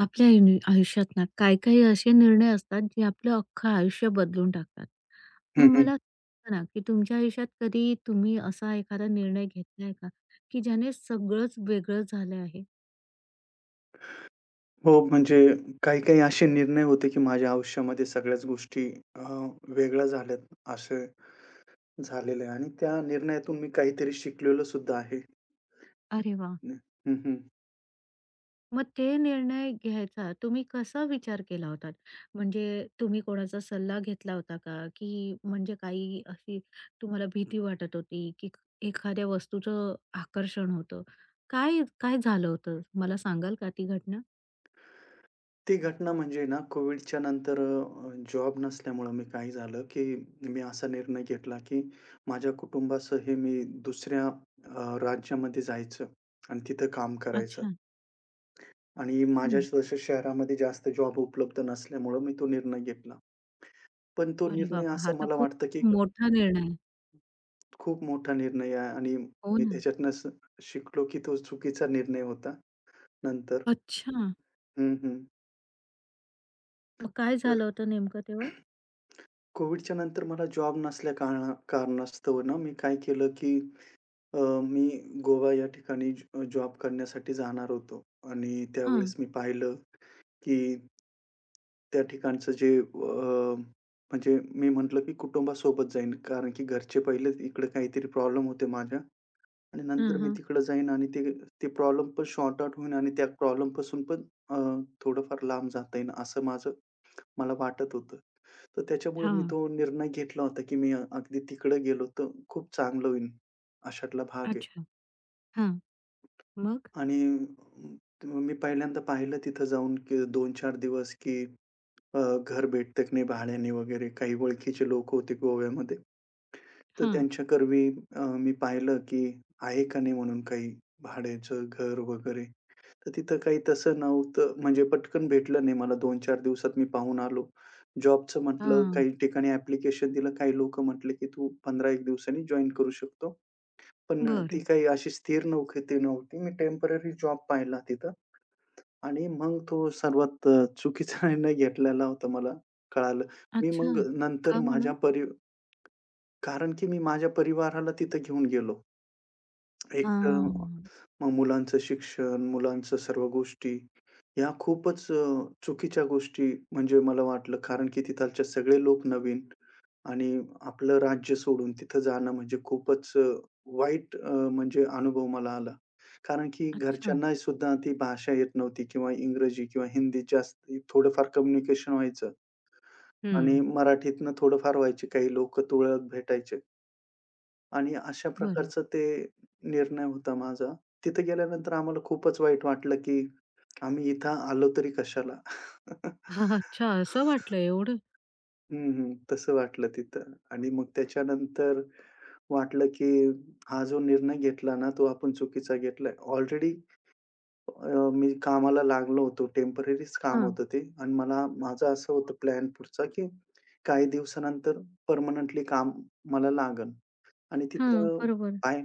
आपल्या आयुष्यात ना काही-काही असे निर्णय असतात, जे आपलं अख्खं आयुष्य बदलून टाकतात. मग हं, हं. मला सांगा ना, की तुमच्या आयुष्यात कधी तुम्ही असा एखादा निर्णय घेतलाय का, की ज्याने सगळंच वेगळं झालं आहे? हो, म्हणजे काही-काही असे निर्णय होते, की माझ्या आयुष्यामध्ये सगळ्याच गोष्टी अ, वेगळ्या झाल्यात, असं झालेलं आहे आणि त्या निर्णयातून मी काहीतरी शिकलेलो सुद्धा आहे. अरे वाह! हं, हं. मग ते निर्णय घ्यायचा तुम्ही कसा विचार केला होता? म्हणजे तुम्ही कोणाचा सल्ला घेतला होता का? की म्हणजे काही अशी तुम्हाला भीती वाटत होती, की एखाद्या वस्तूचं आकर्षण होतं? काय काय झालं होतं? मला सांगाल का ती घटना? ती घटना म्हणजे ना कोविडच्या नंतर जॉब नसल्यामुळं मी काय झालं, की मी असा निर्णय घेतला, की माझ्या कुटुंबासह मी दुसऱ्या राज्यामध्ये जायचं आणि तिथं काम करायचं अच्छा. आणि माझ्या हं. तसं शहरामध्ये जास्त जॉब उपलब्ध नसल्यामुळं मी तो निर्णय घेतला. पण तो अरे निर्णय बाबा! हा असा तर मला खूप वाटतं, की मोठा निर्णय आहे. खूप मोठा निर्णय आहे आणि हो मी ना. त्याच्यातनं शिकलो, की तो चुकीचा निर्णय होता नंतर. अच्छा. हं, हं. मग काय तर झालं होतं नेमकं तेव्हा? कोविडच्या नंतर मला जॉब नसल्या कारणास्तव ना, मी काय केलं, की अ, मी गोवा या ठिकाणी जॉब करण्यासाठी जाणार होतो आणि हां. त्यावेळेस मी पाहिलं, की त्या ठिकाणचं जे म्हणजे मी म्हटलं, की कुटुंबासोबत जाईन कारण की घरचे पहिले इकडे काहीतरी प्रॉब्लेम होते माझ्या. आणि हां, नंतर मी हां. तिकडं जाईन आणि ते ते प्रॉब्लेम पण सॉर्ट आउट होईन आणि त्या प्रॉब्लेमपासून पण अ, थोडंफार लांब जाता येईल असं माझं मला वाटत होतं. तर त्याच्यामुळे मी हां. तो निर्णय घेतला होता, की मी अगदी तिकडं गेलो तर खूप चांगलं होईल. अशातला भाग आहे. अच्छा. हां. मग? आणि मी पहिल्यांदा पाहिलं तिथं जाऊन, की 2-4 दिवस, की अ, घर भेटतं की नाही भाड्याने वगैरे. काही ओळखीचे लोक होते गोव्यामध्ये. तर हां. त्यांच्याकरवी मी पाहिलं, की आहे का नाही म्हणून काही भाड्याचं घर वगैरे. तर तिथं काही तसं नव्हतं. म्हणजे पटकन भेटलं नाही मला 2-4 दिवसात मी पाहून आलो. जॉबचं म्हटलं हां. काही ठिकाणी ॲप्लिकेशन दिलं. काही लोकं म्हटले, की "तू 15-1 दिवसांनी जॉइन करू शकतो." पण ती बरं. काही अशी स्थिर नोकरी ती नव्हती. मी टेम्पररी जॉब पाहिला तिथं आणि मग तो सर्वात चुकीचा निर्णय घेतलेला होता मला कळालं. मी अच्छा. मग नंतर का माझ्या म्हणून? परि कारण की मी माझ्या परिवाराला तिथं घेऊन गेलो. एक तर हां. मग मुलांचं शिक्षण, मुलांच्या सर्व गोष्टी, ह्या खूपच चुकीच्या गोष्टी म्हणजे मला वाटलं, कारण की तिथालचे सगळे लोक नवीन आणि आपलं राज्य सोडून तिथं जाणं म्हणजे खूपच वाईट म्हणजे अनुभव मला आला. कारण की अच्छा. घरच्यांना सुद्धा ती भाषा येत नव्हती किंवा इंग्रजी किंवा हिंदी जास्त थोडंफार कम्युनिकेशन व्हायचं आणि हं. मराठीतनं थोडंफार व्हायचे. काही लोकं तुरळक भेटायचे. आणि अशा बरं. प्रकारचं ते निर्णय होता माझा. तिथे गेल्यानंतर आम्हाला खूपच वाईट वाटलं, की आम्ही इथं आलो तरी कशाला? अच्छा, असं वाटलं एवढं? हं, हं. तसं वाटलं तिथं आणि मग त्याच्यानंतर वाटलं, की हा जो निर्णय घेतला ना, तो आपण चुकीचा घेतलाय. ऑलरेडी मी कामाला लागलो होतो. टेम्पररीच काम हां. होतं ते आणि मला माझं असं होतं प्लॅन पुढचा, की काही दिवसानंतर परमनंटली काम मला लागेल आणि हां. तिथं बरोबर. काय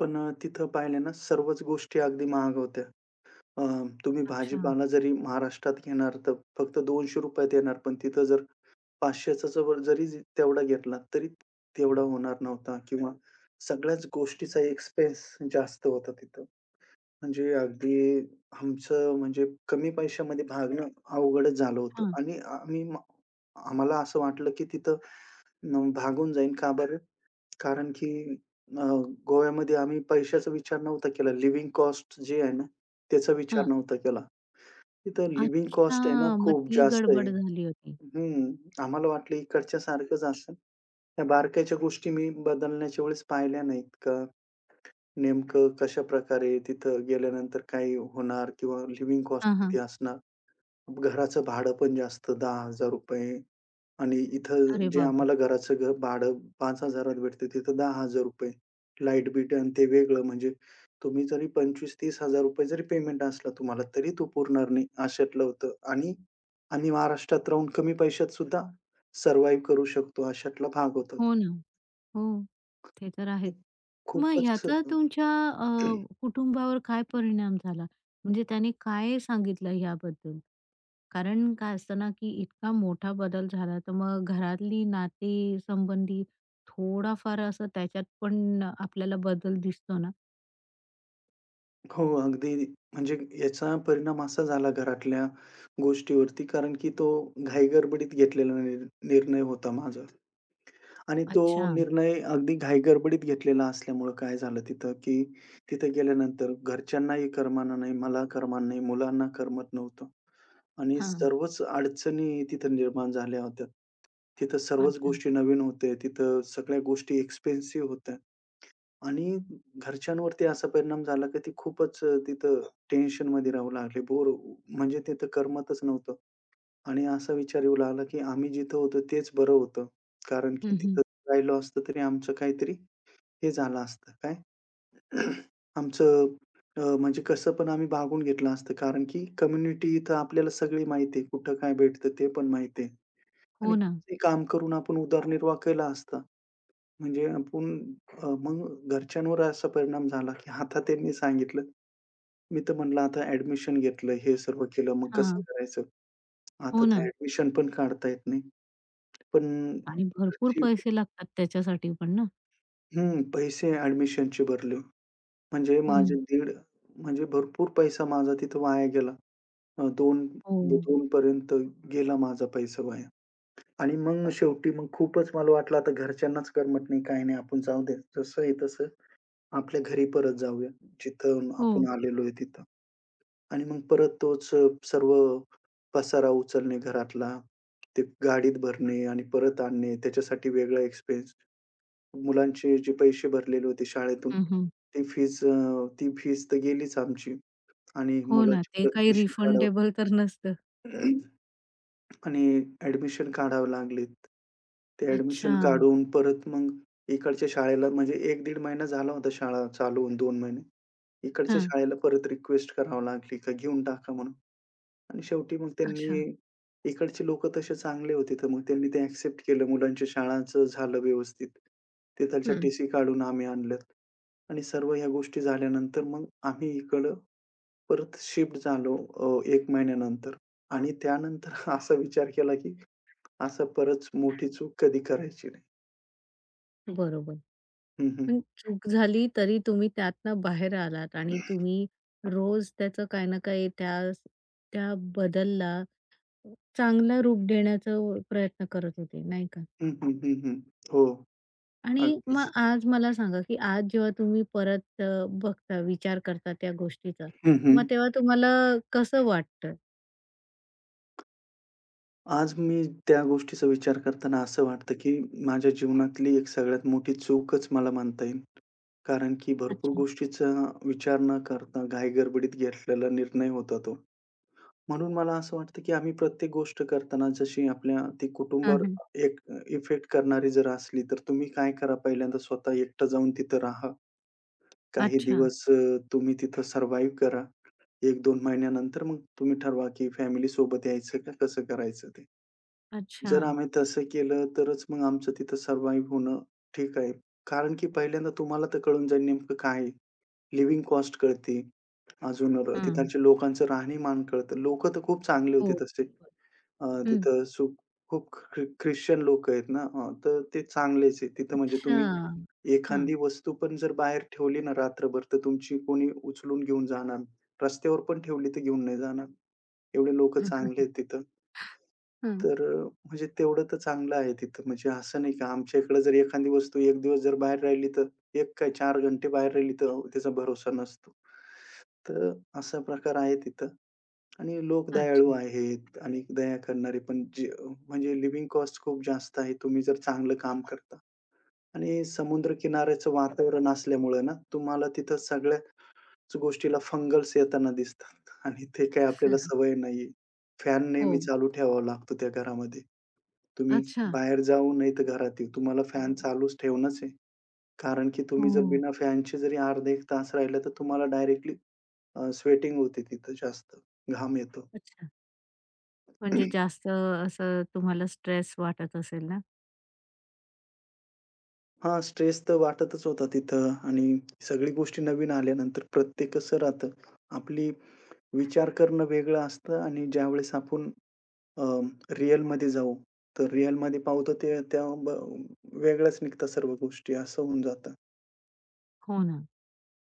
पण तिथं पाहिलं ना सर्वच गोष्टी अगदी महाग होत्या. अ, तुम्ही अच्छा. भाजीपाला जरी महाराष्ट्रात घेणार तर फक्त ₹200 त येणार, पण तिथं जर 500चा जवळ जरी तेवढा घेतला तरी तेवढा होणार नव्हता किंवा सगळ्याच गोष्टीचा एक्सपेन्स जास्त होता तिथं. म्हणजे अगदी आमचं म्हणजे कमी पैशामध्ये भागणं अवघडच झालं होतं हां. आणि आम्हाला असं वाटलं की तिथं भागून जाईन. का बरं? कारण की अ, गोव्यामध्ये आम्ही पैशाचा विचार नव्हता केला. लिव्हिंग कॉस्ट जी आहे ना, त्याचा विचार हां. नव्हता केला. तिथं लिव्हिंग अच्छा. कॉस्ट आहे ना, मग खूप ती जास्त आहे. गडबड झाली होती. हं. आम्हाला वाटलं इकडच्या सारखंच असेल. त्या बारकाईच्या गोष्टी मी बदलण्याच्या वेळेस पाहिल्या नाहीत का नेमकं कशाप्रकारे तिथं गेल्यानंतर काय होणार किंवा लिव्हिंग कॉस्ट हां, किती हां. असणार? घराचं भाडं पण जास्त ₹10,000 आणि इथं अरे जे बाबा! आम्हाला घराचं घर भाडं 5,000 त भेटतं, तिथं ₹10,000 लाईट बिल आणि ते वेगळं. म्हणजे तुम्ही जरी 25-30 हजार 30,000 जरी पेमेंट असला तुम्हाला, तरी तो पुरणार नाही अशातलं होतं. आणि आम्ही महाराष्ट्रात राहून कमी पैशात सुद्धा सर्व्हायव्ह करू शकतो अशातला भाग होता हो तो. ना. हो. ते तर आणि आहेच. मग खूपच ह्याचा तुमच्या कुटुंबावर काय परिणाम झाला? म्हणजे त्याने काय सांगितलं ह्याबद्दल? कारण काय असतं ना, की इतका मोठा बदल झाला, तर मग घरातली नाती संबंधी थोडाफार असं त्याच्यात पण आपल्याला बदल दिसतो ना. हो, अगदी म्हणजे याचा परिणाम असा झाला घरातल्या गोष्टीवरती कारण की तो घाईगडबडीत घेतलेला निर्णय होता माझा. आणि तो अच्छा. निर्णय अगदी घाईगडबडीत घेतलेला असल्यामुळं काय झालं तिथं, की तिथं गेल्यानंतर घरच्यांनाही करमना नाही, मला करमना नाही, मुलांना करमत नव्हतं आणि हां. सर्वच अडचणी तिथं निर्माण झाल्या होत्या. तिथं सर्वच अच्छा. गोष्टी नवीन होत्या. तिथं सगळ्या गोष्टी एक्सपेन्सिव्ह होत्या आणि घरच्यांवरती असा परिणाम झाला, की ती खूपच तिथं टेन्शनमध्ये राहू लागले. म्हणजे तिथं करमतच नव्हतं. आणि असा विचार येऊ लागला, की आम्ही जिथं होतो तेच बरं होतं. कारण की हं, हं. तिथं राहिलो असतो तरी आमचं काहीतरी हे झालं असतं. काय आमचं म्हणजे कसं पण आम्ही भागून घेतलं असतं. कारण की कम्युनिटी इथं आपल्याला सगळी माहिती आहे. कुठं काय भेटतं ते पण माहिती आहे. आणि हो ना. ते काम करून आपण उदरनिर्वाह केला असता. म्हणजे आपण मग घरच्यांवर असा परिणाम झाला, की आता त्यांनी सांगितलं. मी तर म्हणलं आता ॲडमिशन घेतलं, हे सर्व केलं. मग कसं हां. करायचं? आता हो तर ना. ॲडमिशन पण काढता येत नाही. पण आणि भरपूर खर्ची पैसे लागतात त्याच्यासाठी पण ना. हं, पैसे ॲडमिशनचे भरले. म्हणजे माझे हं. 1.5 म्हणजे भरपूर पैसा माझा तिथं वाया गेला. 2 हो. 2 पर्यंत गेला माझा पैसा वाया. आणि मग शेवटी मग खूपच मला वाटलं आता घरच्यांनाच करमत नाही, काही नाही. आपण जाऊ दे. जसं आहे तसं आपल्या घरी परत जाऊया. जिथं हो. आपण आलेलो आहे तिथं. आणि मग परत तोच सर्व पसारा उचलणे घरातला, ते गाडीत भरणे आणि परत आणणे त्याच्यासाठी वेगळा एक्सपेन्स. मुलांचे जे पैसे भरलेले होते शाळेतून, हं, हं. ती फीज ती फीज तर गेलीच आमची आणि हो ना. मुलाची ते परत काही ट्युशन काढावं रिफंडेबल तर नसतं. आणि ॲडमिशन काढावे लागलेत. ते अच्छा. ॲडमिशन काढून परत मग इकडच्या शाळेला म्हणजे 1-1.5 महिना झाला होता शाळा चालू होऊन 2 महिने. इकडच्या हां. शाळेला परत रिक्वेस्ट करावी लागली, का घेऊन टाका म्हणून. आणि शेवटी मग अच्छा. त्यांनी इकडचे लोकं तसे चांगले होते, तर मग त्यांनी ते ॲक्सेप्ट केलं. मुलांच्या शाळांचं झालं व्यवस्थित. तिथालच्या हं, टीसी काढून आम्ही आणल्यात आणि सर्व ह्या गोष्टी झाल्यानंतर मग आम्ही इकडं परत शिफ्ट झालो 1 महिन्यानंतर आणि त्यानंतर असा विचार केला, की असं परत मोठी चूक कधी करायची नाही. बरोबर. हं, हं. पण चूक झाली तरी तुम्ही त्यातनं बाहेर आलात आणि तुम्ही रोज त्याचं काही ना काही त्या त्या बदलला चांगलं रूप देण्याचा प्रयत्न करत होते, नाही का? हं, हं, हं, हं. हो, आणि अगदीच. मग आज मला सांगा, की आज जेव्हा तुम्ही परत बघता, विचार करता त्या गोष्टीचा, हं, हं. मग तेव्हा तुम्हाला कसं वाटतं? आज मी त्या गोष्टीचा विचार करताना असं वाटतं, की माझ्या जीवनातली एक सगळ्यात मोठी चूकच मला म्हणता येईल. कारण की भरपूर अच्छा. गोष्टीचा विचार न करता घाईगडबडीत घेतलेला निर्णय होता तो. म्हणून मला असं वाटतं, की आम्ही प्रत्येक गोष्ट करताना जशी आपल्या ती हां, कुटुंबावर हां. एक इफेक्ट करणारी जर असली, तर तुम्ही काय करा पहिल्यांदा स्वतः एकटं जाऊन तिथं राहा. काही अच्छा, दिवस तुम्ही तिथं सर्व्हाइव्ह करा. 1-2 महिन्यानंतर मग तुम्ही ठरवा, की फॅमिलीसोबत यायचं का कसं करायचं ते. अच्छा. जर आम्ही तसं केलं, तरच मग आमचं तिथं सर्व्हायव्ह होणं ठीक आहे. कारण की पहिल्यांदा तुम्हाला तर कळून जाईल नेमकं काय आहे. लिव्हिंग कॉस्ट कळते. अजून बरोबर. हां. तिथालच्या लोकांचं राहणीमान कळतं. लोकं तर खूप चांगले होते हो. तसे. हं. तिथं सु खूप ख्रिश्चन लोकं आहेत ना, तर ते चांगलेच आहे. तिथं म्हणजे अच्छा. तुम्ही हां. एखादी वस्तू पण जर बाहेर ठेवली ना रात्रभर, तर तुमची कोणी उचलून घेऊन जाणार. रस्त्यावर पण ठेवली तर घेऊन नाही जाणार. एवढे लोकं चांगले आहेत तिथं. हं. तर म्हणजे तेवढं तर चांगलं आहे तिथं. म्हणजे असं नाही का आमच्या इकडे जर एखादी वस्तू 1 दिवस जर बाहेर राहिली, तर 1 काय 4 घंटे बाहेर राहिली, तर त्याचा भरोसा नसतो. तर असा प्रकार आहे तिथं. आणि लोक दयाळू अच्छा. आहेत आणि दया करणारे पण जे म्हणजे लिव्हिंग कॉस्ट खूप जास्त आहे. तुम्ही जर चांगलं काम करता आणि समुद्र किनाऱ्याचं वातावरण असल्यामुळे ना, तुम्हाला तिथं सगळ्याच गोष्टीला फंगल्स येताना दिसतात आणि ते काही आपल्याला सवय नाहीये. फॅन नेहमी हो. चालू ठेवावा लागतो त्या घरामध्ये. तुम्ही अच्छा. बाहेर जाऊ नाही तर घरात येऊ. तुम्हाला फॅन चालूच ठेवणंच आहे. कारण की तुम्ही हो. जर बिना फॅनचे जरी अर्धा 1 तास राहिला, तर तुम्हाला डायरेक्टली स्वेटिंग होते तिथं जास्त. घाम येतो. अच्छा. म्हणजे जास्त असं तुम्हाला स्ट्रेस वाटत असेल ना? हा, स्ट्रेस तर वाटतच होता तिथं आणि सगळी गोष्टी नवीन आल्यानंतर प्रत्येक कसं राहतं, आपली विचार करणं वेगळं असतं आणि ज्यावेळेस आपण अ, रिअलमध्ये जाऊ, तर रिअलमध्ये पाहू तर ते त्या वेगळ्याच निघतात सर्व गोष्टी असं होऊन जातं. हो ना.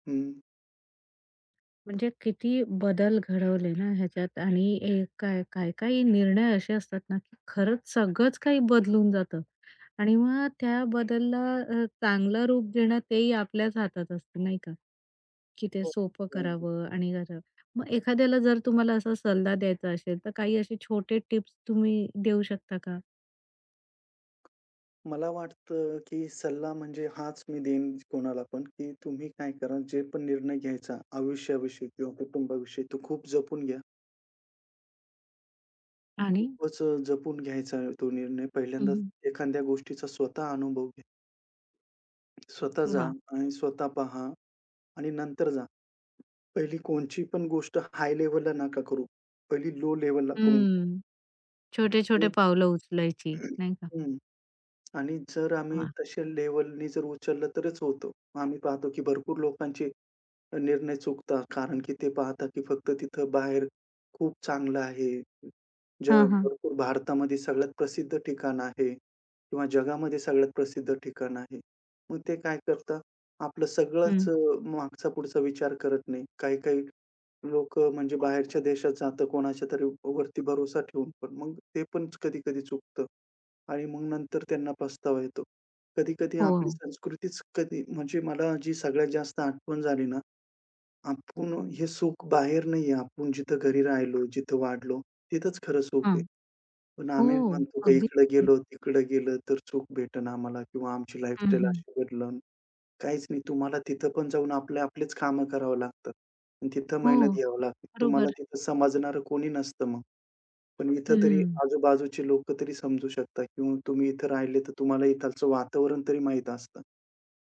हं. म्हणजे किती बदल घडवले ना ह्याच्यात आणि ए काय काही-काही निर्णय असे असतात ना, की खरंच सगळंच काही बदलून जातं आणि मग त्या बदलला चांगलं रूप देणं तेही आपल्याच हातात असतं नाही का? की ते हो, सोपं अगदी. करावं आणि करावं. मग एखाद्याला जर तुम्हाला असा सल्ला द्यायचा असेल, तर काही असे छोटे टिप्स तुम्ही देऊ शकता का? मला वाटतं, की सल्ला म्हणजे हाच मी देईन कोणाला पण, की तुम्ही काय करा, जे पण निर्णय घ्यायचा आयुष्याविषयी किंवा कुटुंबाविषयी तो खूप जपून घ्या. आणि खूपच जपून घ्यायचा तो निर्णय. हं, पहिल्यांदाच हं. एखाद्या गोष्टीचा स्वतः अनुभव घ्या. स्वतः जा वाह! आणि स्वतः पहा आणि नंतर जा. पहिली कोणची पण गोष्ट हाय लेव्हलला नका करू. पहिली लो लेव्हलला करून टाका हं. छोटे-छोटे आणि पावलं उचलायची, नाही का? हं. आणि जर आम्ही वाह! तशा लेव्हलनी जर उचललं तरच होतं. आम्ही पाहतो की भरपूर लोकांचे निर्णय चुकतात. कारण की ते पाहतात की फक्त तिथं बाहेर खूप चांगलं आहे. जग हां, हां. भरपूर भारतामध्ये सगळ्यात प्रसिद्ध ठिकाण आहे किंवा जगामध्ये सगळ्यात प्रसिद्ध ठिकाण आहे. मग ते काय करतात? आपलं हं. सगळंच मागचा-पुढचा विचार करत नाही. काही-काही लोक म्हणजे बाहेरच्या देशात जातं कोणाच्यातरी वरती भरोसा ठेवून पण. मग ते पण कधी-कधी चुकतं आणि मग नंतर त्यांना पस्तावा येतो. कधी-कधी हो, आपली हो. संस्कृतीच कधी म्हणजे मला जी सगळ्यात जास्त आठवण झाली ना आपण हे सुख बाहेर नाहीये. आपण जिथं घरी राहिलो, जिथं वाढलो, तिथंच खरं सुख हां. आहे. पण हो, आम्ही म्हणतो हं. का अगदी. इकडं गेलो, तिकडं गेलं तर सुख भेटेन आम्हाला किंवा आमची हं, लाईफस्टाईल हं. अशी बदलन. काहीच नाही. तुम्हाला तिथं पण जाऊन आपले आपलेच कामं करावं लागतात आणि तिथं हो, मेहनत घ्यावी लागते. तुम्हाला बरोबर. तिथं समजणारं कोणी नसतं मग. पण इथं तरी हं. आजूबाजूचे लोकं तरी समजू शकतात किंवा तुम्ही इथं राहिले तर तुम्हाला इथालचं वातावरण तरी माहीत असतं.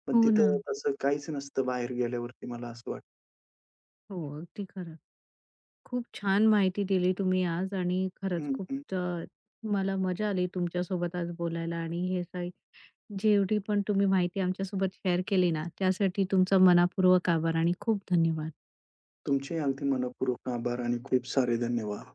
पण हो ना. तिथं तसं काहीच नसतं बाहेर गेल्यावरती मला असं वाटतं. हो, अगदी खरं. खूप छान माहिती दिली तुम्ही आज आणि खरंच हं, हं. खूप अ, मला मजा आली तुमच्यासोबत आज बोलायला आणि हे साई जेवढी पण तुम्ही माहिती आमच्यासोबत शेअर केली ना, त्यासाठी तुमचा मनापूर्वक आभार आणि खूप धन्यवाद. तुमचे अगदी मनःपूर्वक आभार आणि खूप सारे धन्यवाद.